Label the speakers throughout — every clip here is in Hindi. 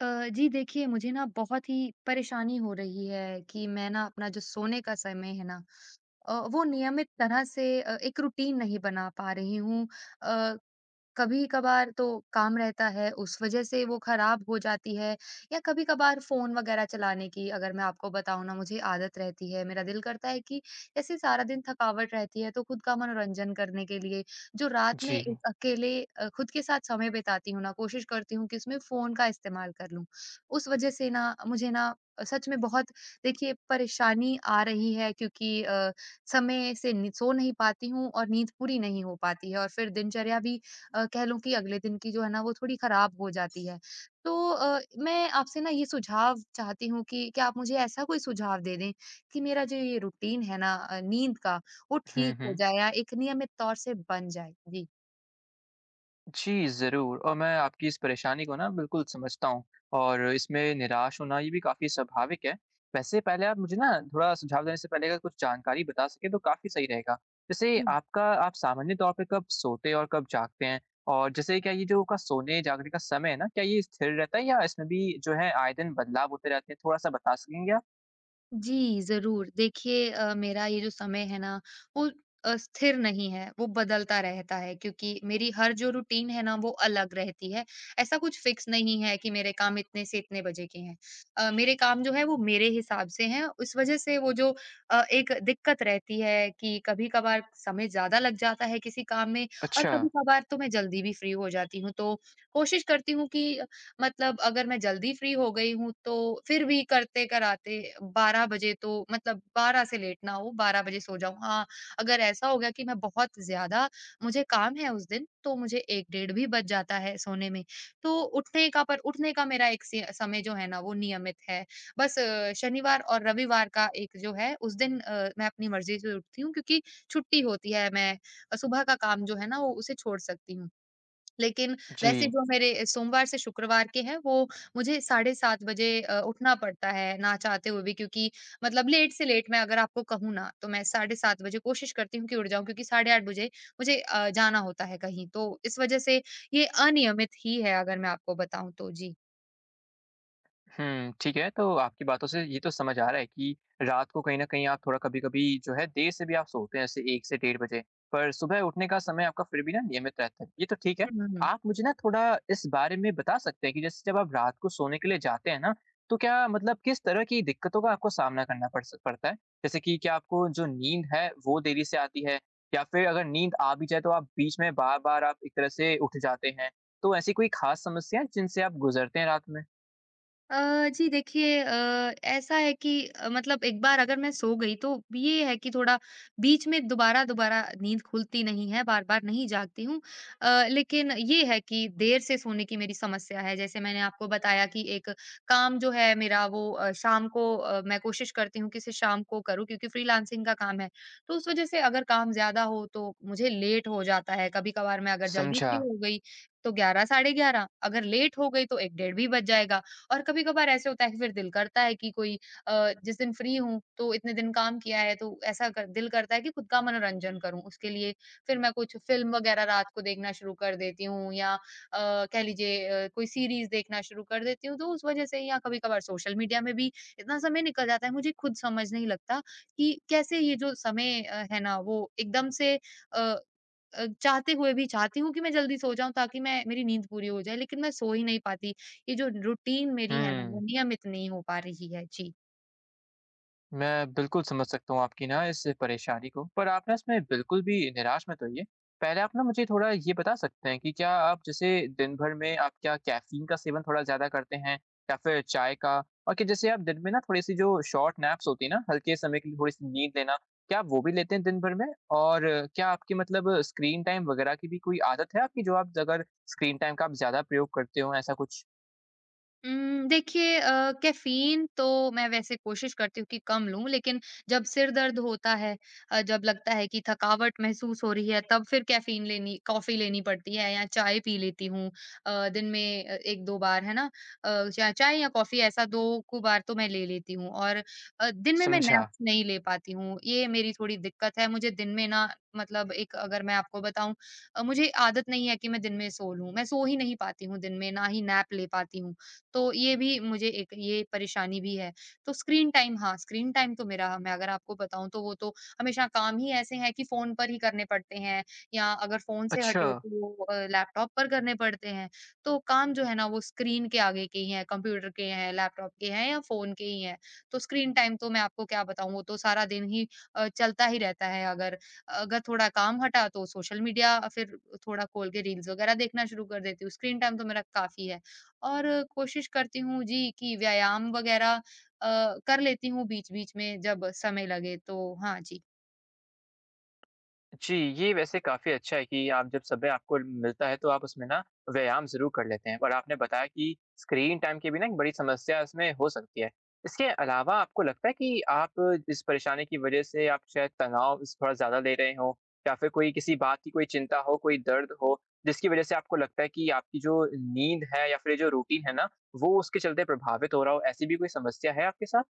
Speaker 1: जी देखिए मुझे ना बहुत ही परेशानी हो रही है कि मैं ना अपना जो सोने का समय है ना वो नियमित तरह से एक रूटीन नहीं बना पा रही हूँ। कभी-कभार तो काम रहता है, उस वजह से वो खराब हो जाती है या कभी-कभार फ़ोन वगैरह चलाने की अगर मैं आपको बताऊँ ना मुझे आदत रहती है। मेरा दिल करता है कि जैसे सारा दिन थकावट रहती है तो खुद का मनोरंजन करने के लिए जो रात में
Speaker 2: जी।
Speaker 1: एक अकेले खुद के साथ समय बिताती हूँ ना, कोशिश करती हूँ कि उसमें फ़ोन का इस्तेमाल कर लूँ। उस वजह से ना मुझे ना सच में बहुत देखिए परेशानी आ रही है क्योंकि समय से नि सो नहीं पाती हूँ और नींद पूरी नहीं हो पाती है और फिर दिनचर्या भी कह लूँ कि अगले दिन की जो है ना वो थोड़ी खराब हो जाती है। तो मैं आपसे ना ये सुझाव चाहती हूँ कि क्या आप मुझे ऐसा कोई सुझाव दे दें कि मेरा जो ये रूटीन है ना नींद का वो
Speaker 2: हुँ,
Speaker 1: ठीक हो
Speaker 2: हुँ।
Speaker 1: जाए या एक नियमित तौर से बन जाए? जी।
Speaker 2: जी, ज़रूर, और मैं आपकी इस परेशानी को ना बिल्कुल समझता हूँ और इसमें निराश होना ये भी काफ़ी स्वाभाविक है। वैसे पहले आप मुझे ना थोड़ा सुझाव देने से पहले अगर कुछ जानकारी बता सकें तो काफ़ी सही रहेगा। जैसे आपका आप सामान्य तौर पे कब सोते और कब जागते हैं? और जैसे क्या ये जो आपका सोने-जागने का समय है ना, क्या ये स्थिर रहता है या इसमें भी जो है आए दिन बदलाव होते रहते हैं? थोड़ा-सा बता सकेंगे आप?
Speaker 1: जी, ज़रूर। देखिए मेरा ये जो समय है ना, वो स्थिर नहीं है, वो बदलता रहता है क्योंकि मेरी हर जो रूटीन है ना, वो अलग रहती है। ऐसा कुछ फ़िक्स नहीं है कि मेरे काम इतने से इतने बजे के हैं। मेरे काम जो है वो मेरे हिसाब से हैं, इस वजह से वो जो एक दिक्कत रहती है कि कभी-कभार समय ज़्यादा लग जाता है किसी काम में और
Speaker 2: अच्छा,
Speaker 1: कभी-कभार तो मैं जल्दी भी फ्री हो जाती हूँ। तो कोशिश करती हूँ कि मतलब अगर मैं जल्दी फ्री हो गई हूँ तो फिर भी करते कराते 12 बजे तो मतलब 12 से लेट ना हो 12 बजे सो जाऊँ। हाँ, अगर ऐसा हो गया कि मैं बहुत ज़्यादा मुझे काम है उस दिन तो मुझे 1 डेढ़ भी बज जाता है सोने में। तो उठने का मेरा एक सी समय जो है ना वो नियमित है। बस शनिवार और रविवार का एक जो है उस दिन मैं अपनी मर्ज़ी से उठती हूँ क्योंकि छुट्टी होती है, मैं सुबह का काम जो है ना वो उसे छोड़ सकती हूँ। लेकिन
Speaker 2: जी।
Speaker 1: वैसे जो मेरे सोमवार से शुक्रवार के हैं, वो मुझे साढ़े 7 बजे उठना पड़ता है, ना चाहते हुए भी क्योंकि मतलब लेट से लेट मैं अगर आपको कहूँ ना, तो मैं साढ़े 7 बजे कोशिश करती हूँ कि उठ जाऊँ क्योंकि साढ़े 8 बजे मुझे जाना होता है कहीं। तो इस वजह से ये अनियमित ही है अगर मैं आपको बताऊँ तो। जी।
Speaker 2: हुँ, ठीक है। तो आपकी बातों से ये तो समझ आ रहा है कि रात को कहीं न कहीं आप थोड़ा कभी-कभी जो है देर से भी आप सोते हैं, जैसे 1 से डेढ़ बजे, पर सुबह उठने का समय आपका फिर भी ना नियमित रहता है। ये तो ठीक है।
Speaker 1: हुँ, हुँ, हुँ।
Speaker 2: आप मुझे ना थोड़ा इस बारे में बता सकते हैं कि जैसे जब आप रात को सोने के लिए जाते हैं ना, तो क्या मतलब किस तरह की दिक्कतों का आपको सामना करना पड़ता है? जैसे कि क्या आपको जो नींद है, वो देरी से आती है? या फिर अगर नींद आ भी जाए, तो आप बीच में बार-बार आप एक तरह से उठ जाते हैं? तो ऐसी कोई ख़ास समस्या है, जिनसे आप गुज़रते हैं रात में?
Speaker 1: जी देखिए ऐसा है कि मतलब एक बार अगर मैं सो गई तो ये है कि थोड़ा बीच में दोबारा-दोबारा नींद खुलती नहीं है, बार-बार नहीं जागती हूँ। लेकिन ये है कि देर से सोने की मेरी समस्या है। जैसे मैंने आपको बताया कि एक काम जो है मेरा वो शाम को मैं कोशिश करती हूँ कि इसे शाम को करूँ क्योंकि फ्रीलांसिंग का काम है। तो उस वजह से अगर काम ज़्यादा हो तो मुझे लेट हो जाता है। कभी-कभार मैं अगर जल्दी
Speaker 2: समझा।
Speaker 1: फ्री हो गई तो 11 साढ़े 11 अगर लेट हो गई तो 1 डेढ़ भी बज जाएगा। और कभी-कभार ऐसे होता है कि फिर दिल करता है कि कोई जिस दिन फ्री हूँ, तो इतने दिन काम किया है, तो ऐसा कर दिल करता है कि खुद का मनोरंजन करूँ। उसके लिए फिर मैं कुछ फ़िल्म वगैरह रात को देखना शुरू कर देती हूँ या कह लीजिए कोई सीरीज़ देखना शुरू कर देती हूँ, तो उस वजह से या कभी-कभार सोशल मीडिया में भी इतना समय निकल जाता है, मुझे खुद समझ नहीं लगता कि कैसे ये जो समय है ना, वो एकदम से अ, चाहते हुए भी चाहती हूँ कि मैं जल्दी सो जाऊँ ताकि मैं मेरी नींद पूरी हो जाए, लेकिन मैं सो ही नहीं पाती। ये जो रूटीन मेरी है ना, वो
Speaker 2: हुँ।
Speaker 1: नियमित नहीं हो पा रही है। जी।
Speaker 2: मैं बिल्कुल समझ सकता हूँ आपकी ना इस परेशानी को, पर आप ना इसमें बिल्कुल भी निराश मत होइए। पहले आप ना मुझे थोड़ा ये बता सकते हैं कि क्या आप जैसे दिन भर में आप क्या कैफ़ीन का सेवन थोड़ा ज़्यादा करते हैं या फिर चाय का? और क्या जैसे आप दिन में ना थोड़ी-सी जो शॉर्ट नैप्स होती है ना, हल्के समय के लिए थोड़ी-सी नींद लेना, क्या आप वो भी लेते हैं दिन भर में? और क्या आपकी मतलब स्क्रीन टाइम वगैरह की भी कोई आदत है, आपकी जो आप अगर स्क्रीन टाइम का आप ज़्यादा प्रयोग करते हो, ऐसा कुछ?
Speaker 1: देखिए कैफ़ीन तो मैं वैसे कोशिश करती हूँ कि कम लूँ, लेकिन जब सिर दर्द होता है, जब लगता है कि थकावट महसूस हो रही है, तब फिर कैफ़ीन लेनी कॉफ़ी लेनी पड़ती है या चाय पी लेती हूँ। दिन में 1-2 बार, है ना? चा चाय या कॉफ़ी ऐसा 2 को बार तो मैं ले लेती हूँ और दिन में मैं
Speaker 2: समझा।
Speaker 1: नैप्स नहीं ले पाती हूँ, ये मेरी थोड़ी दिक्कत है। मुझे दिन में ना मतलब एक अगर मैं आपको बताऊँ मुझे आदत नहीं है कि मैं दिन में सो लूँ, मैं सो ही नहीं पाती हूँ दिन में, ना ही नैप ले पाती हूँ। तो ये भी मुझे एक ये परेशानी भी है। तो स्क्रीन टाइम, हाँ, स्क्रीन टाइम तो मेरा, मैं अगर आपको बताऊँ तो वो तो हमेशा काम ही ऐसे हैं कि फ़ोन पर ही करने पड़ते हैं या अगर फ़ोन से
Speaker 2: अच्छा।
Speaker 1: हटे तो लैपटॉप पर करने पड़ते हैं। तो काम जो है ना वो स्क्रीन के आगे के ही हैं, कंप्यूटर के हैं, लैपटॉप के हैं या फ़ोन के ही हैं। तो स्क्रीन टाइम तो मैं आपको क्या बताऊँ, वो तो सारा दिन ही चलता ही रहता है। अगर अगर थोड़ा काम हटा तो सोशल मीडिया फिर थोड़ा खोल के रील्स वगैरह देखना शुरू कर देती हूँ। स्क्रीन टाइम तो मेरा काफ़ी है। और कोशिश करती हूँ जी कि व्यायाम वगैरह कर लेती हूँ बीच-बीच में जब समय लगे तो। हाँ जी।
Speaker 2: जी, ये वैसे काफ़ी अच्छा है कि आप जब समय आपको मिलता है तो आप उसमें ना व्यायाम ज़रूर कर लेते हैं, और आपने बताया कि स्क्रीन टाइम की भी ना एक बड़ी समस्या इसमें हो सकती है। इसके अलावा आपको लगता है कि आप इस परेशानी की वज़ह से आप शायद तनाव इस थोड़ा ज़्यादा ले रहे हों, या फिर कोई किसी बात की कोई चिंता हो, कोई दर्द हो, जिसकी वज़ह से आपको लगता है कि आपकी जो नींद है या फिर ये जो रूटीन है ना, वो उसके चलते प्रभावित हो रहा हो, ऐसी भी कोई समस्या है आपके साथ?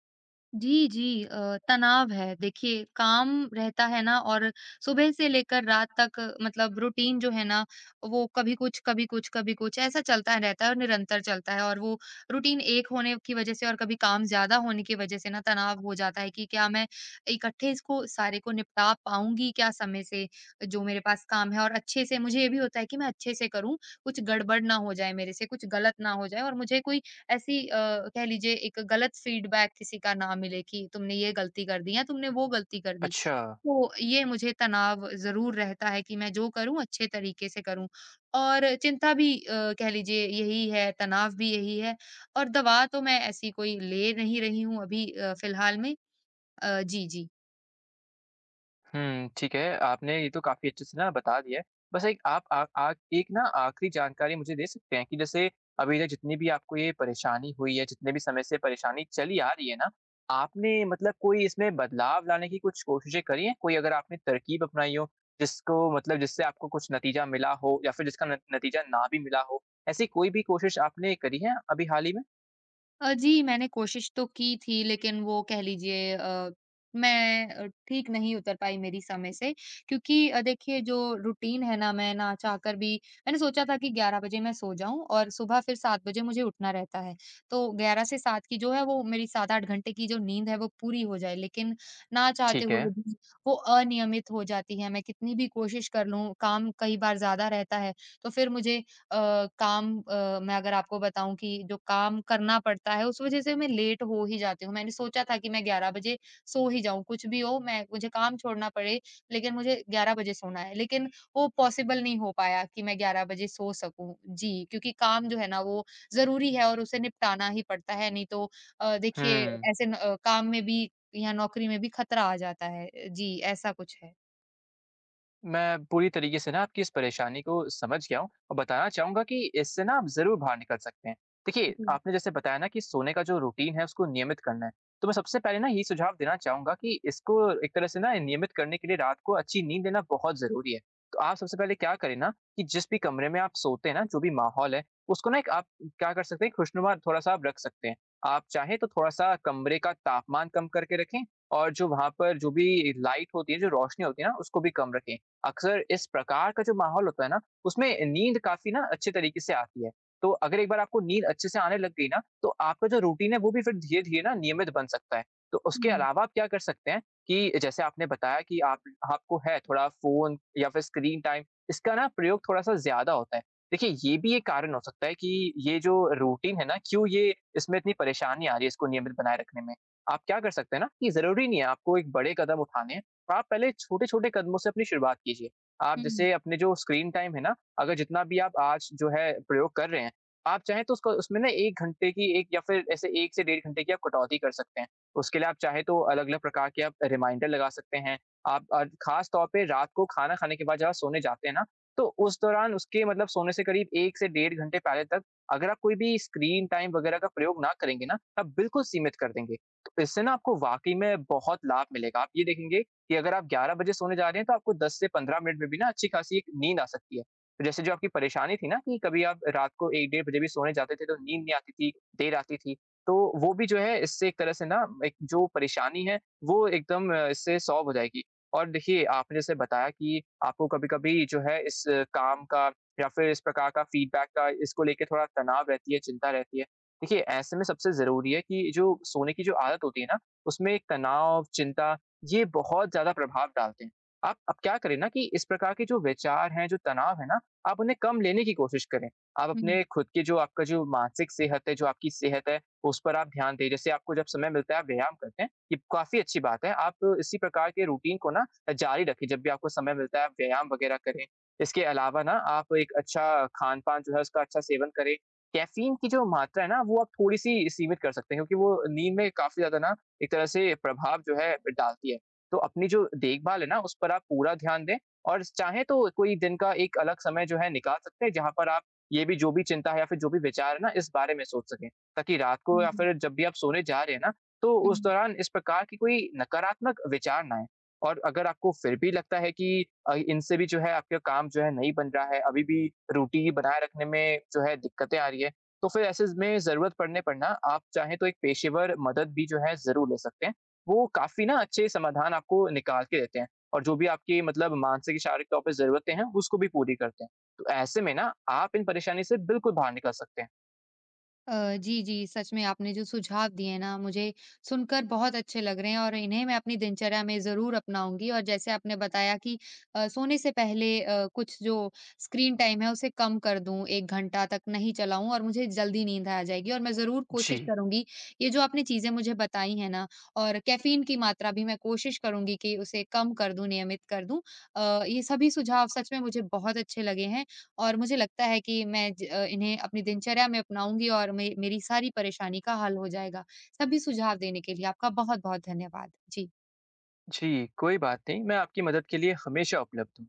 Speaker 1: जी, जी। तनाव है। देखिए काम रहता है ना और सुबह से लेकर रात तक मतलब रूटीन जो है ना, वो कभी कुछ, कभी कुछ, कभी कुछ ऐसा चलता रहता है और निरंतर चलता है और वो रूटीन एक होने की वज़ह से और कभी काम ज़्यादा होने की वज़ह से ना तनाव हो जाता है कि क्या मैं इकट्ठे इसको सारे को निपटा पाऊँगी क्या समय से, जो मेरे पास काम है और अच्छे से। मुझे ये भी होता है कि मैं अच्छे से करूँ, कुछ गड़बड़ ना हो जाए मेरे से, कुछ गलत ना हो जाए और मुझे कोई ऐसी कह लीजिए एक गलत फीडबैक किसी का ना मिले कि तुमने ये गलती कर दी या तुमने वो गलती कर दी।
Speaker 2: अच्छा।
Speaker 1: तो ये मुझे तनाव ज़रूर रहता है कि मैं जो करूँ अच्छे तरीके से करूँ। और चिंता भी कह लीजिए यही है, तनाव भी यही है और दवा तो मैं ऐसी कोई ले नहीं रही हूँ अभी फ़िलहाल में। जी, जी।
Speaker 2: हुँ, ठीक है। आपने ये तो काफ़ी अच्छे से ना बता दिया है। बस एक आप आ आ एक ना आखिरी जानकारी मुझे दे सकते हैं कि जैसे अभी तक जितनी भी आपको ये परेशानी हुई है, जितने भी समय से परेशानी चली आ रही है ना, आपने मतलब कोई इसमें बदलाव लाने की कुछ कोशिशें करी हैं? कोई अगर आपने तरकीब अपनाई हो, जिसको मतलब जिससे आपको कुछ नतीजा मिला हो या फिर जिसका न नतीजा ना भी मिला हो, ऐसी कोई भी कोशिश आपने करी है अभी हाल ही में?
Speaker 1: जी, मैंने कोशिश तो की थी लेकिन वो कह लीजिए, मैं ठीक नहीं उतर पाई मेरी समय से क्योंकि देखिए जो रूटीन है ना, मैं ना चाहकर भी मैंने सोचा था कि 11 बजे मैं सो जाऊँ और सुबह फिर 7 बजे मुझे उठना रहता है। तो 11 से 7 की जो है वो मेरी 7-8 घंटे की जो नींद है वो पूरी हो जाए, लेकिन ना चाहते
Speaker 2: ठीक है।
Speaker 1: हुए भी वो अनियमित हो जाती है। मैं कितनी भी कोशिश कर लूँ, काम कई बार ज़्यादा रहता है, तो फिर मुझे काम मैं अगर आपको बताऊँ कि जो काम करना पड़ता है, उस वज़ह से मैं लेट हो ही जाती हूँ। मैंने सोचा था कि मैं 11 बजे सो ही जाऊँ, कुछ भी हो, मैं मुझे काम छोड़ना पड़े, लेकिन मुझे 11 बजे सोना है। लेकिन वो पॉसिबल नहीं हो पाया कि मैं 11 बजे सो सकूँ। जी, क्योंकि काम जो है ना वो ज़रूरी है और उसे निपटाना ही पड़ता है, नहीं तो देखिए
Speaker 2: हुँ।
Speaker 1: ऐसे न काम में भी या नौकरी में भी खतरा आ जाता है। जी, ऐसा कुछ है।
Speaker 2: मैं पूरी तरीके से ना आपकी इस परेशानी को समझ गया हूँ और बताना चाहूंगा कि इससे ना आप जरूर बाहर निकल सकते हैं। देखिए,
Speaker 1: जी।
Speaker 2: आपने जैसे बताया ना कि सोने का जो रूटीन है उसको नियमित करना है, तो मैं सबसे पहले ना ये सुझाव देना चाहूंगा कि इसको एक तरह से ना नियमित करने के लिए रात को अच्छी नींद लेना बहुत जरूरी है। तो आप सबसे पहले क्या करें ना, कि जिस भी कमरे में आप सोते हैं ना, जो भी माहौल है उसको ना, एक आप क्या कर सकते हैं, खुशनुमा थोड़ा सा आप रख सकते हैं। आप चाहें तो थोड़ा सा कमरे का तापमान कम करके रखें, और जो वहां पर जो भी लाइट होती है, जो रोशनी होती है ना, उसको भी कम रखें। अक्सर इस प्रकार का जो माहौल होता है ना, उसमें नींद काफ़ी ना अच्छे तरीके से आती है। तो अगर एक बार आपको नींद अच्छे से आने लग गई ना, तो आपका जो रूटीन है वो भी फिर धीरे-धीरे ना नियमित बन सकता है। तो उसके
Speaker 1: हुँ,
Speaker 2: अलावा आप क्या कर सकते हैं, कि जैसे आपने बताया कि आप आपको है थोड़ा फ़ोन या फिर स्क्रीन टाइम, इसका ना प्रयोग थोड़ा-सा ज़्यादा होता है। देखिए, ये भी एक कारण हो सकता है कि ये जो रूटीन है ना, क्यों ये इसमें इतनी परेशानी आ रही है इसको नियमित बनाए रखने में। आप क्या कर सकते हैं ना, कि ज़रूरी नहीं है आपको एक बड़े कदम उठाने हैं। आप पहले छोटे-छोटे कदमों से अपनी शुरुआत कीजिए। आप
Speaker 1: हुँ,
Speaker 2: जैसे अपने जो स्क्रीन टाइम है ना, अगर जितना भी आप आज जो है प्रयोग कर रहे हैं, आप चाहें तो उसको उसमें ना 1 घंटे की एक या फिर ऐसे 1 से डेढ़ घंटे की आप कटौती कर सकते हैं। उसके लिए आप चाहें तो अलग-अलग प्रकार के आप रिमाइंडर लगा सकते हैं। आप ख़ास तौर पे रात को खाना खाने के बाद जब आप सोने जाते हैं ना, तो उस दौरान उसके मतलब सोने से करीब 1 से डेढ़ घंटे पहले तक अगर आप कोई भी स्क्रीन टाइम वगैरह का प्रयोग ना करेंगे ना, आप बिल्कुल सीमित कर देंगे। तो इससे ना आपको वाक़ई में बहुत लाभ मिलेगा। आप ये देखेंगे कि अगर आप 11 बजे सोने जा रहे हैं तो आपको 10 से 15 मिनट में भी ना अच्छी खासी एक नींद आ सकती है। तो जैसे जो आपकी परेशानी थी ना कि कभी आप रात को 1 डेढ़ बजे भी सोने जाते थे तो नींद नहीं आती थी, देर आती थी। तो वो भी जो है इससे एक तरह से ना एक जो परेशानी है वो एकदम इससे सॉल्व हो जाएगी। और देखिए, आपने जैसे बताया कि आपको कभी-कभी जो है इस काम का या फिर इस प्रकार का फीडबैक का, इसको लेके थोड़ा तनाव रहती है, चिंता रहती है। देखिए, ऐसे में सबसे ज़रूरी है कि जो सोने की जो आदत होती है ना, उसमें तनाव, चिंता ये बहुत ज़्यादा प्रभाव डालते हैं। आप क्या करें ना, कि इस प्रकार के जो विचार हैं, जो तनाव है ना, आप उन्हें कम लेने की कोशिश करें। आप
Speaker 1: हुँ,
Speaker 2: अपने खुद के जो आपका जो मानसिक सेहत है, जो आपकी सेहत है, उस पर आप ध्यान दें। जैसे आपको जब समय मिलता है, आप व्यायाम करते हैं, ये काफ़ी अच्छी बात है। आप इसी प्रकार के रूटीन को ना जारी रखें, जब भी आपको समय मिलता है, आप व्यायाम वगैरह करें। इसके अलावा ना आप एक अच्छा खान-पान जो है, उसका अच्छा सेवन करें। कैफ़ीन की जो मात्रा है ना, वो आप थोड़ी-सी सीमित कर सकते हैं, क्योंकि वो नींद में काफ़ी ज़्यादा ना एक तरह से प्रभाव जो है डालती है। तो अपनी जो देखभाल है ना, उस पर आप पूरा ध्यान दें, और चाहें तो कोई दिन का एक अलग समय जो है निकाल सकते हैं, जहाँ पर आप ये भी जो भी चिंता है या फिर जो भी विचार है ना, इस बारे में सोच सकें। ताकि रात को
Speaker 1: हुँ,
Speaker 2: या
Speaker 1: हुँ,
Speaker 2: फिर जब भी आप सोने जा रहे हैं ना, तो उस
Speaker 1: हुँ।
Speaker 2: दौरान इस प्रकार की कोई नकारात्मक विचार ना आएँ। और अगर आपको फिर भी लगता है कि इनसे भी जो है आपका काम जो है नहीं बन रहा है, अभी भी रूटीन बनाए रखने में जो है दिक्कतें आ रही है, तो फिर ऐसे में ज़रूरत पड़ने पर ना आप चाहें तो एक पेशेवर मदद भी जो है ज़रूर ले सकते हैं। वो काफ़ी ना अच्छे समाधान आपको निकाल के देते हैं, और जो भी आपकी मतलब मानसिक, शारीरिक तौर पे ज़रूरतें हैं, उसको भी पूरी करते हैं। तो ऐसे में ना आप इन परेशानी से बिल्कुल बाहर निकल सकते हैं।
Speaker 1: जी, जी, सच में आपने जो सुझाव दिए हैं ना, मुझे सुनकर बहुत अच्छे लग रहे हैं और इन्हें मैं अपनी दिनचर्या में ज़रूर अपनाऊँगी। और जैसे आपने बताया कि सोने से पहले कुछ जो स्क्रीन टाइम है, उसे कम कर दूँ, 1 घंटा तक नहीं चलाऊँ और मुझे जल्दी नींद आ जाएगी और मैं ज़रूर
Speaker 2: जी,
Speaker 1: कोशिश करूँगी, ये जो आपने चीज़ें मुझे बताई हैं ना, और कैफ़ीन की मात्रा भी मैं कोशिश करूँगी कि उसे कम कर दूँ, नियमित कर दूँ। ये सभी सुझाव सच में मुझे बहुत अच्छे लगे हैं और मुझे लगता है कि मैं इन्हें अपनी दिनचर्या में अपनाऊँगी और मे मेरी सारी परेशानी का हल हो जाएगा। सभी सुझाव देने के लिए आपका बहुत-बहुत धन्यवाद। जी।
Speaker 2: जी, कोई बात नहीं, मैं आपकी मदद के लिए हमेशा उपलब्ध हूँ।